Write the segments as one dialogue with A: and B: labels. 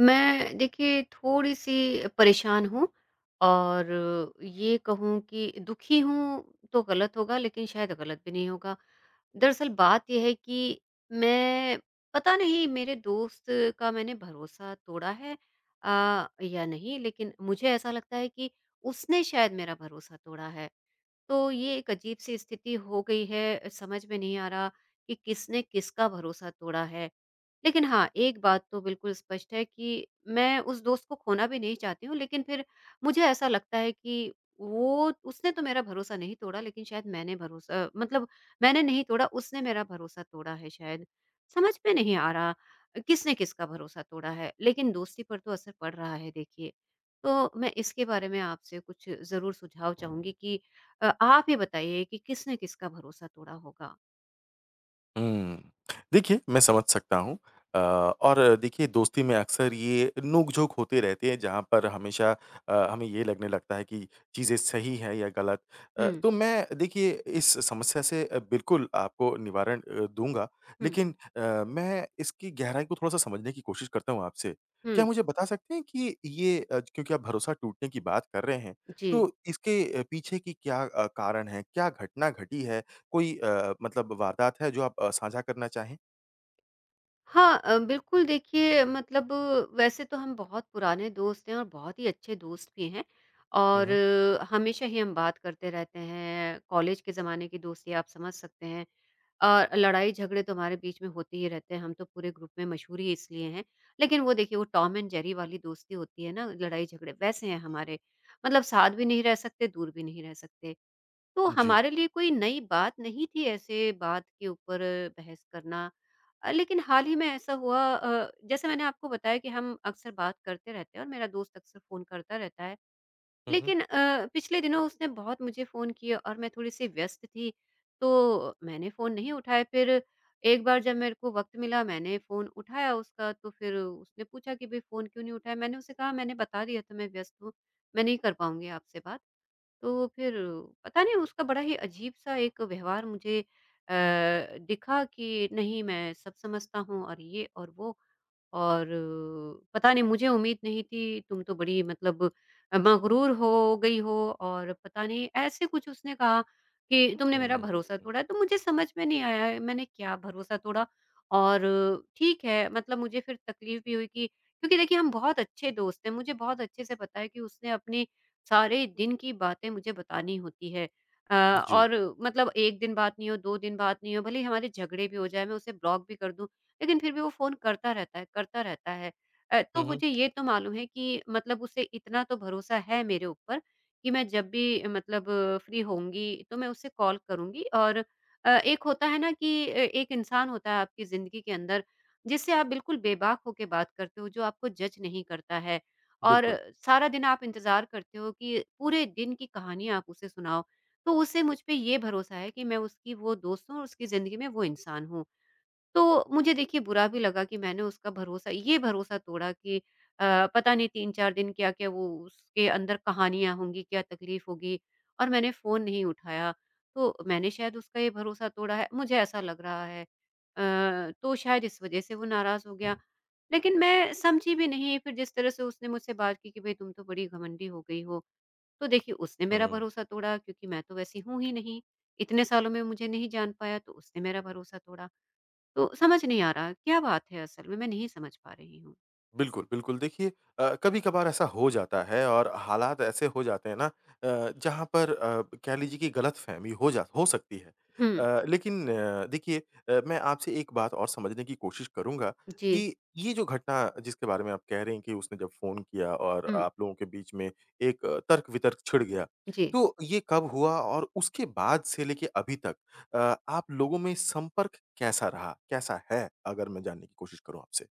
A: मैं देखिए थोड़ी-सी परेशान हूँ और ये कहूँ कि दुखी हूँ तो गलत होगा, लेकिन शायद गलत भी नहीं होगा। दरअसल बात ये है कि मैं पता नहीं मेरे दोस्त का मैंने भरोसा तोड़ा है या नहीं, लेकिन मुझे ऐसा लगता है कि उसने शायद मेरा भरोसा तोड़ा है। तो ये एक अजीब-सी स्थिति हो गई है, समझ में नहीं आ रहा कि किसने किसका भरोसा तोड़ा है। लेकिन हाँ, एक बात तो बिल्कुल स्पष्ट है कि मैं उस दोस्त को खोना भी नहीं चाहती हूँ, लेकिन फिर मुझे ऐसा लगता है कि वो उसने तो मेरा भरोसा नहीं तोड़ा, लेकिन शायद मैंने भरोसा मतलब मैंने नहीं तोड़ा, उसने मेरा भरोसा तोड़ा है शायद। समझ में नहीं आ रहा, किसने किसका भरोसा तोड़ा है, लेकिन दोस्ती पर तो असर पड़ रहा है देखिए। तो मैं इसके बारे में आपसे कुछ ज़रूर सुझाव चाहूँगी कि आप ही बताइए कि किसने किसका भरोसा तोड़ा होगा?
B: हुँ। देखिए, मैं समझ सकता हूँ। और देखिए दोस्ती में अक्सर ये नोक-झोंक होते रहते हैं जहाँ पर हमेशा हमें ये लगने लगता है कि चीज़ें सही हैं या गलत।
A: हुँ,
B: तो मैं देखिए इस समस्या से बिल्कुल आपको निवारण दूँगा।
A: हुँ,
B: लेकिन अ, मैं इसकी गहराई को थोड़ा-सा समझने की कोशिश करता हूँ आपसे।
A: हुँ।
B: क्या मुझे बता सकते हैं कि क्योंकि आप भरोसा टूटने की बात कर रहे हैं,
A: जी।
B: तो इसके पीछे की कारण है? क्या घटना घटी है? कोई मतलब वारदात है जो आप साझा करना चाहें?
A: हाँ, बिल्कुल देखिए मतलब वैसे तो हम बहुत पुराने दोस्त हैं और बहुत ही अच्छे दोस्त भी हैं।
B: हुँ,
A: और
B: हुँ।
A: हमेशा ही हम बात करते रहते हैं, कॉलेज के ज़माने की दोस्ती आप समझ सकते हैं। और लड़ाई झगड़े तो हमारे बीच में होते ही रहते हैं, हम तो पूरे ग्रुप में मशहूर ही इसलिए हैं। लेकिन वो देखिए वो टॉम एंड जेरी वाली दोस्ती होती है ना, लड़ाई झगड़े वैसे हैं हमारे, मतलब साथ भी नहीं रह सकते दूर भी नहीं रह सकते। तो
B: जी।
A: हमारे लिए कोई नई बात नहीं थी ऐसे बात के ऊपर बहस करना। लेकिन हाल ही में ऐसा हुआ, जैसे मैंने आपको बताया कि हम अक्सर बात करते रहते हैं और मेरा दोस्त अक्सर फ़ोन करता रहता है।
B: हुँ, हुँ।
A: लेकिन पिछले दिनों उसने बहुत मुझे फ़ोन किया और मैं थोड़ी-सी व्यस्त थी, तो मैंने फ़ोन नहीं उठाया। फिर एक बार जब मेरे को वक़्त मिला, मैंने फ़ोन उठाया उसका। तो फिर उसने पूछा कि भई फ़ोन क्यों नहीं उठाया? मैंने उसे कहा, मैंने बता दिया था मैं व्यस्त हूँ, मैं नहीं कर पाऊँगी आपसे बात। तो फिर पता नहीं उसका बड़ा ही अजीब-सा एक व्यवहार मुझे दिखा कि नहीं मैं सब समझता हूँ और ये और वो। और पता नहीं मुझे उम्मीद नहीं थी, तुम तो बड़ी मतलब मगरूर हो गई हो, और पता नहीं ऐसे कुछ उसने कहा कि तुमने मेरा भरोसा
B: हुँ,
A: तोड़ा है। तो मुझे समझ में नहीं आया है, मैंने क्या भरोसा तोड़ा? और ठीक है, मतलब मुझे फिर तकलीफ़ भी हुई, कि क्योंकि देखिए हम बहुत अच्छे दोस्त हैं, मुझे बहुत अच्छे से पता है कि उसने अपने सारे दिन की बातें मुझे बतानी होती है।
B: जी।
A: और मतलब 1 दिन बात नहीं हो, 2 दिन बात नहीं हो, भले ही हमारे झगड़े भी हो जाएँ, मैं उसे ब्लॉक भी कर दूँ। लेकिन फिर भी वो फ़ोन करता रहता है, करता रहता है। तो
B: हुँ, हुँ।
A: मुझे ये तो मालूम है कि मतलब उसे इतना तो भरोसा है मेरे ऊपर कि मैं जब भी मतलब फ्री होंगी, तो मैं उसे कॉल करूँगी। और एक होता है ना कि एक इंसान होता है आपकी ज़िंदगी के अंदर, जिससे आप बिल्कुल बेबाक होके बात करते हो, जो आपको जज नहीं करता है। और
B: बिल्कुल।
A: सारा दिन आप इंतज़ार करते हो कि पूरे दिन की कहानी आप उसे सुनाओ। तो उसे मुझ पे ये भरोसा है कि मैं उसकी वो दोस्त हूँ और उसकी ज़िंदगी में वो इंसान हूँ। तो मुझे देखिए बुरा भी लगा कि मैंने उसका भरोसा ये भरोसा तोड़ा कि पता नहीं 3-4 दिन क्या-क्या वो उसके अंदर कहानियाँ होंगी, क्या तकलीफ़ होगी, और मैंने फ़ोन नहीं उठाया। तो मैंने शायद उसका ये भरोसा तोड़ा है, मुझे ऐसा लग रहा है। तो शायद इस वज़ह से वो नाराज़ हो गया। लेकिन मैं समझी भी नहीं, फिर जिस तरह से उसने मुझसे बात की कि भई तुम तो बड़ी घमंडी हो गई हो। तो देखिए उसने मेरा
B: हुँ।
A: भरोसा तोड़ा, क्योंकि मैं तो वैसी हूँ ही नहीं। इतने सालों में मुझे नहीं जान पाया, तो उसने मेरा भरोसा तोड़ा। तो समझ नहीं आ रहा, क्या बात है असल में? मैं नहीं समझ पा रही हूँ।
B: बिल्कुल, बिल्कुल। देखिए, कभी-कभार ऐसा हो जाता है और हालात ऐसे हो जाते हैं ना, जहाँ पर कह लीजिए कि गलतफ़हमी हो सकती है।
A: हुँ,
B: लेकिन देखिए, मैं आपसे एक बात और समझने की कोशिश करूँगा
A: जी।
B: कि ये जो घटना जिसके बारे में आप कह रहे हैं कि उसने जब फ़ोन किया और
A: हुँ,
B: आप लोगों के बीच में एक तर्क-वितर्क छिड़ गया,
A: जी।
B: तो ये कब हुआ और उसके बाद से लेके अभी तक आप लोगों में संपर्क कैसा रहा? कैसा है? अगर मैं जानने की कोशिश करूँ आपसे।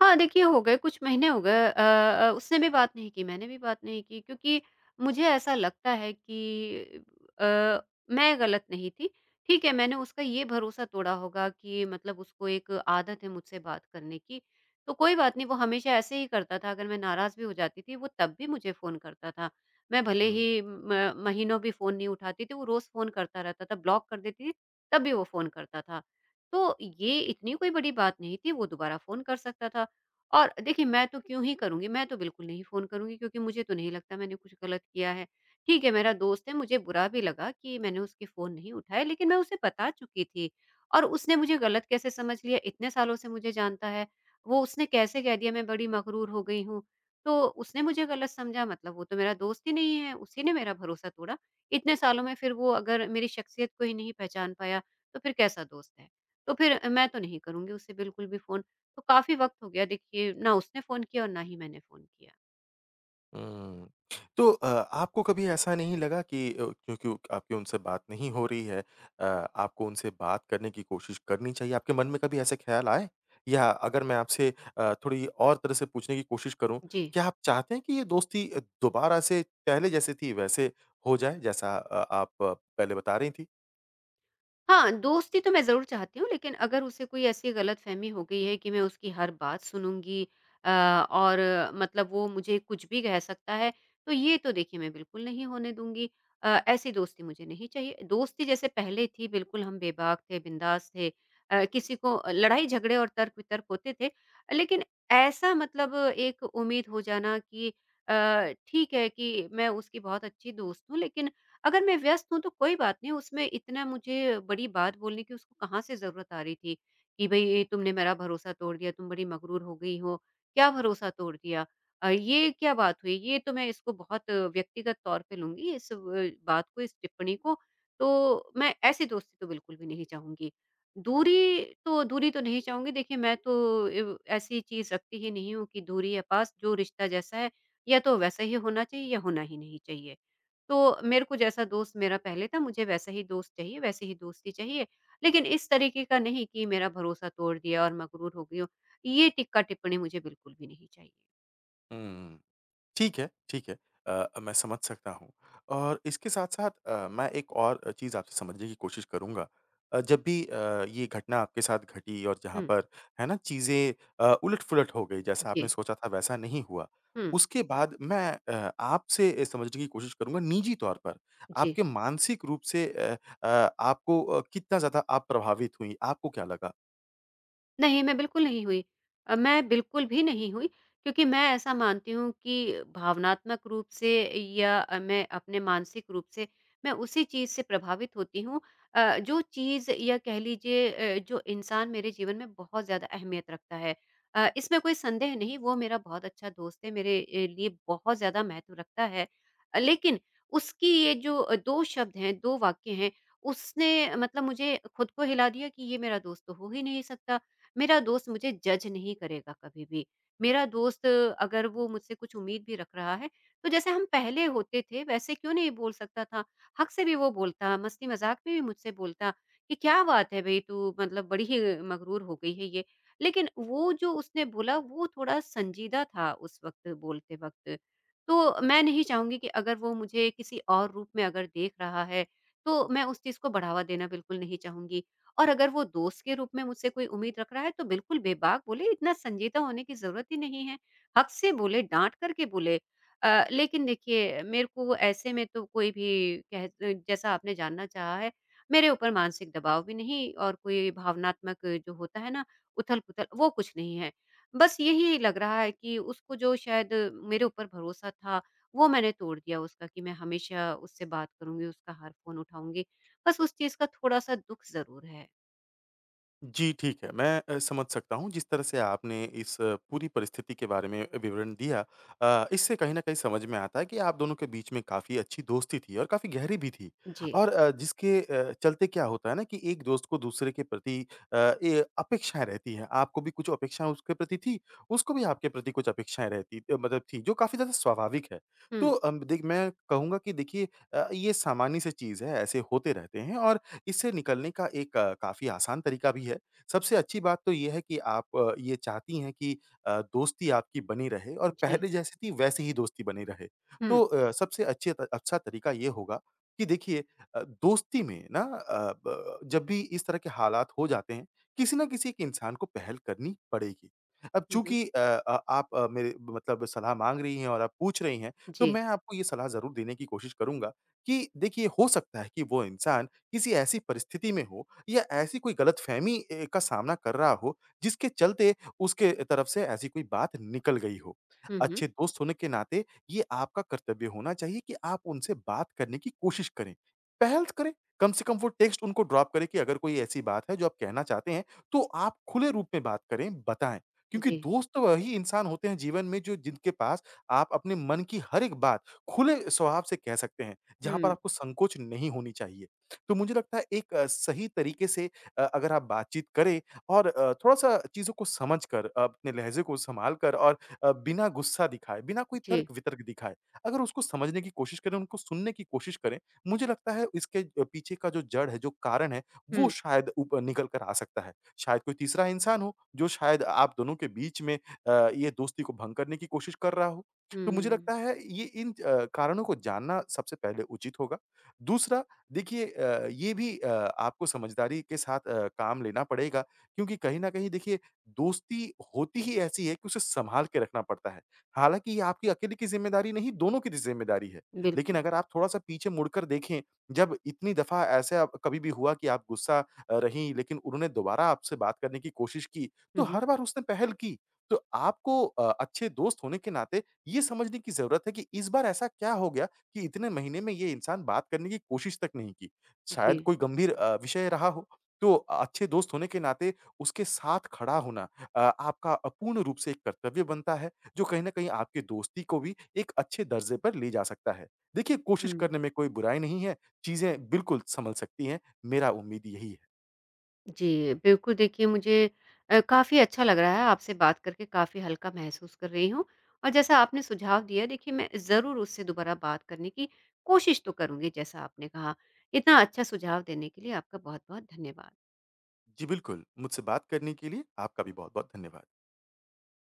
A: हाँ, देखिए हो गए कुछ महीने हो गए, उसने भी बात नहीं की, मैंने भी बात नहीं की, क्योंकि मुझे ऐसा लगता है कि अ, मैं गलत नहीं थी। ठीक है, मैंने उसका ये भरोसा तोड़ा होगा कि मतलब उसको एक आदत है मुझसे बात करने की, तो कोई बात नहीं, वो हमेशा ऐसे ही करता था, अगर मैं नाराज़ भी हो जाती थी, वो तब भी मुझे फ़ोन करता था। मैं भले ही म महीनों भी फ़ोन नहीं उठाती थी, वो रोज़ फ़ोन करता रहता था, ब्लॉक कर देती थी, तब भी वो फ़ोन करता था। तो ये इतनी कोई बड़ी बात नहीं थी, वो दोबारा फ़ोन कर सकता था। और देखिए मैं तो क्यों ही करूँगी, मैं तो बिल्कुल नहीं फ़ोन करूँगी, क्योंकि मुझे तो नहीं लगता मैंने कुछ गलत किया है। ठीक है, मेरा दोस्त है, मुझे बुरा भी लगा कि मैंने उसके फ़ोन नहीं उठाए, लेकिन मैं उसे बता चुकी थी, और उसने मुझे गलत कैसे समझ लिया, इतने सालों से मुझे जानता है। वो उसने कैसे कह दिया मैं बड़ी मग़रूर हो गई हूँ, तो उसने मुझे गलत समझा, मतलब वो तो मेरा दोस्त ही नहीं है, उसी ने मेरा भरोसा तोड़ा। इतने सालों में फिर वो अगर मेरी शख्सियत को ही नहीं पहचान पाया, तो फिर कैसा दोस्त है? तो फिर मैं तो नहीं करूँगी उससे बिल्कुल भी फ़ोन। तो काफ़ी वक़्त हो गया देखिए, ना उसने फ़ोन किया और ना ही मैंने फ़ोन किया।
B: हुँ। तो आपको कभी ऐसा नहीं लगा कि क्योंकि आपकी उनसे बात नहीं हो रही है, आपको उनसे बात करने की कोशिश करनी चाहिए, आपके मन में कभी ऐसे ख़्याल आए? या अगर मैं आपसे थोड़ी और तरह से पूछने की कोशिश करूँ,
A: जी।
B: क्या आप चाहते हैं कि ये दोस्ती दोबारा से पहले जैसे थी वैसे हो जाए, जैसा आप पहले बता रही थी?
A: हाँ, दोस्ती तो मैं ज़रूर चाहती हूँ, लेकिन अगर उसे कोई ऐसी गलतफ़हमी हो गई है कि मैं उसकी हर बात सुनूँगी और मतलब वो मुझे कुछ भी कह सकता है, तो ये तो देखिए मैं बिल्कुल नहीं होने दूँगी। ऐसी दोस्ती मुझे नहीं चाहिए। दोस्ती जैसे पहले थी, बिल्कुल हम बेबाक थे, बिंदास थे। किसी को लड़ाई झगड़े और तर्क-वितर्क होते थे, लेकिन ऐसा मतलब एक उम्मीद हो जाना कि अ, ठीक है कि मैं उसकी बहुत अच्छी दोस्त हूँ, लेकिन अगर मैं व्यस्त हूँ तो कोई बात नहीं, उसमें इतना मुझे बड़ी बात बोलने की उसको कहाँ से ज़रूरत आ रही थी कि भई ये तुमने मेरा भरोसा तोड़ दिया, तुम बड़ी मगरूर हो गई हो, क्या भरोसा तोड़ दिया? ये क्या बात हुई? ये तो मैं इसको बहुत व्यक्तिगत तौर पे लूँगी इस व बात को, इस टिप्पणी को, तो मैं ऐसी दोस्ती तो बिल्कुल भी नहीं चाहूँगी। दूरी तो नहीं चाहूँगी, देखिए मैं तो इव ऐसी चीज़ रखती ही नहीं हूँ कि दूरी या पास, जो रिश्ता जैसा है या तो वैसा ही होना चाहिए या होना ही नहीं चाहिए। तो मेरे को जैसा दोस्त मेरा पहले था, मुझे वैसा ही दोस्त चाहिए, वैसी ही दोस्ती चाहिए। लेकिन इस तरीके का नहीं कि मेरा भरोसा तोड़ दिया और मगरूर हो गई हो। ये टिक्का-टिप्पणी मुझे बिल्कुल भी नहीं चाहिए।
B: हुँ। ठीक है, ठीक है। मैं समझ सकता हूँ और इसके साथ-साथ मैं एक और चीज़ आपसे समझने की कोशिश करूँगा। जब भी ये घटना आपके साथ घटी और जहाँ
A: हुँ।
B: पर, है ना, चीज़ें उलट-पुलट हो गई, जैसा आपने
A: जी।
B: सोचा था वैसा नहीं हुआ।
A: हुँ।
B: उसके बाद मैं आपसे समझने की कोशिश करूँगा निजी तौर पर,
A: जी।
B: आपके मानसिक रूप से आपको कितना ज़्यादा आप प्रभावित हुईं? आपको क्या लगा?
A: नहीं, मैं बिल्कुल नहीं हुई। मैं बिल्कुल भी नहीं हुई, क्योंकि मैं ऐसा मानती हूँ कि भावनात्मक रूप से या मैं अपने मानसिक रूप से मैं उसी चीज़ से प्रभावित होती हूँ जो चीज़ या कह लीजिए जो इंसान मेरे जीवन में बहुत ज़्यादा अहमियत रखता है। इसमें कोई संदेह नहीं वो मेरा बहुत अच्छा दोस्त है, मेरे लिए बहुत ज़्यादा महत्व रखता है। लेकिन उसकी ये जो 2 शब्द हैं, 2 वाक्य हैं, उसने मतलब मुझे खुद को हिला दिया कि ये मेरा दोस्त तो हो ही नहीं सकता। मेरा दोस्त मुझे जज नहीं करेगा कभी भी। मेरा दोस्त अगर वो मुझसे कुछ उम्मीद भी रख रहा है, तो जैसे हम पहले होते थे वैसे क्यों नहीं बोल सकता था? हक से भी वो बोलता, मस्ती-मज़ाक में भी मुझसे बोलता कि क्या बात है भई तू मतलब बड़ी ही मगरूर हो गई है ये। लेकिन वो जो उसने बोला वो थोड़ा संजीदा था उस वक़्त बोलते वक़्त। तो मैं नहीं चाहूँगी कि अगर वो मुझे किसी और रूप में अगर देख रहा है, तो मैं उस चीज़ को बढ़ावा देना बिल्कुल नहीं चाहूँगी। और अगर वो दोस्त के रूप में मुझसे कोई उम्मीद रख रहा है तो बिल्कुल बेबाक बोले, इतना संजीदा होने की जरूरत ही नहीं है, हक से बोले डांट करके बोले। लेकिन देखिए मेरे को ऐसे में तो कोई भी कह जैसा आपने जानना चाहा है, मेरे ऊपर मानसिक दबाव भी नहीं और कोई भावनात्मक जो होता है ना उथल पुथल वो कुछ नहीं है। बस यही लग रहा है कि उसको जो शायद मेरे ऊपर भरोसा था वो मैंने तोड़ दिया उसका, कि मैं हमेशा उससे बात करूंगी उसका हर फोन उठाऊंगी, बस उस चीज का थोड़ा सा दुख जरूर है।
B: जी, ठीक है। मैं समझ सकता हूँ जिस तरह से आपने इस पूरी परिस्थिति के बारे में विवरण दिया, इससे कहीं न कहीं समझ में आता है कि आप दोनों के बीच में काफ़ी अच्छी दोस्ती थी और काफ़ी गहरी भी थी।
A: जी।
B: और जिसके चलते क्या होता है ना कि एक दोस्त को दूसरे के प्रति अ, ये अपेक्षाएँ रहती हैं। आपको भी कुछ अपेक्षाएँ उसके प्रति थी, उसको भी आपके प्रति कुछ अपेक्षाएँ रहती अ, मतलब थी जो काफ़ी ज़्यादा स्वाभाविक है।
A: हुँ,
B: तो अम, देख मैं कहूँगा कि देखिए ये सामान्य-सी चीज़ है, ऐसे होते रहते हैं और इससे निकलने का एक काफ़ी आसान तरीका भी है। सबसे अच्छी बात तो ये है कि आप ये चाहती हैं कि दोस्ती आपकी बनी रहे और
A: जी।
B: पहले जैसी थी वैसी ही दोस्ती बनी रहे।
A: हुँ,
B: तो सबसे अच्छे त अच्छा तरीका ये होगा कि देखिए दोस्ती में ना, अ, ब जब भी इस तरह के हालात हो जाते हैं, किसी न किसी एक इंसान को पहल करनी पड़ेगी। अब
A: हुँ, हुँ।
B: चूँकि आप मेरे मतलब सलाह माँग रही हैं और आप पूछ रही हैं, तो
A: जी।
B: मैं आपको ये सलाह ज़रूर देने की कोशिश करूँगा कि देखिए हो सकता है कि वो इंसान किसी ऐसी परिस्थिति में हो या ऐसी कोई गलतफ़हमी का सामना कर रहा हो जिसके चलते उसके तरफ से ऐसी कोई बात निकल गई हो।
A: हुँ, हुँ।
B: अच्छे दोस्त होने के नाते ये आपका कर्तव्य होना चाहिए कि आप उनसे बात करने की कोशिश करें। पहल करें, कम से कम वो टेक्स्ट उनको ड्रॉप करें कि अगर कोई ऐसी बात है जो आप कहना चाहते हैं, तो आप खुले रूप में बात करें, बताएँ। क्योंकि
A: जी।
B: दोस्त तो वही इंसान होते हैं जीवन में जो जिनके पास आप अपने मन की हर एक बात खुले स्वभाव से कह सकते हैं, जहाँ पर
A: हुँ,
B: आपको संकोच नहीं होनी चाहिए। तो मुझे लगता है एक सही तरीके से अगर आप बातचीत करें और थोड़ा-सा चीज़ों को समझकर अपने लहज़े को सँभाल कर और बिना गुस्सा दिखाए, बिना कोई
A: जी।
B: तर्क-वितर्क दिखाए, अगर उसको समझने की कोशिश करें, उनको सुनने की कोशिश करें, मुझे लगता है इसके पीछे का जो जड़ है, जो कारण है, वो
A: हुँ,
B: शायद ऊपर निकल कर आ सकता है। शायद कोई तीसरा इंसान हो, जो शायद आप दोनों के बीच में ये दोस्ती को भंग करने की कोशिश कर रहा हो। तो मुझे
A: हुँ।
B: लगता है ये इन कारणों को जानना सबसे पहले उचित होगा। दूसरा, देखिए ये भी आपको समझदारी के साथ काम लेना पड़ेगा क्योंकि कहीं न कहीं देखिए दोस्ती होती ही ऐसी है कि उसे सँभाल के रखना पड़ता है। हालाँकि ये आपकी अकेले की ज़िम्मेदारी नहीं, दोनों की ज़िम्मेदारी है। लेकिन
A: बिल्कुल।
B: अगर आप थोड़ा-सा पीछे मुड़कर देखें, जब इतनी दफ़ा ऐसा कभी भी हुआ कि आप गुस्सा रहीं लेकिन उन्होंने दोबारा आपसे बात करने की कोशिश की, तो
A: हुँ, हुँ।
B: हर बार उसने पहल की। तो आपको अच्छे दोस्त होने के नाते ये समझने की ज़रूरत है कि इस बार ऐसा क्या हो गया कि इतने महीने में ये इंसान बात करने की कोशिश तक नहीं की।
A: जी।
B: शायद कोई गंभीर विषय रहा हो, तो अच्छे दोस्त होने के नाते उसके साथ खड़ा होना आपका पूर्ण रूप से एक कर्तव्य बनता है, जो कहीं न कहीं आपकी दोस्ती को भी एक अच्छे दर्जे पर ले जा सकता है। देखिए, कोशिश
A: हुँ।
B: करने में कोई बुराई नहीं है, चीज़ें बिल्कुल सँभल सकती हैं, मेरा उम्मीद यही है।
A: जी, बिल्कुल देखिए मुझे काफ़ी अच्छा लग रहा है आपसे बात करके, काफ़ी हल्का महसूस कर रही हूँ। और जैसा आपने सुझाव दिया देखिए, मैं ज़रूर उससे दोबारा बात करने की कोशिश तो करूँगी जैसा आपने कहा। इतना अच्छा सुझाव देने के लिए आपका बहुत-बहुत धन्यवाद।
B: जी, बिल्कुल, मुझसे बात करने के लिए आपका भी बहुत-बहुत धन्यवाद।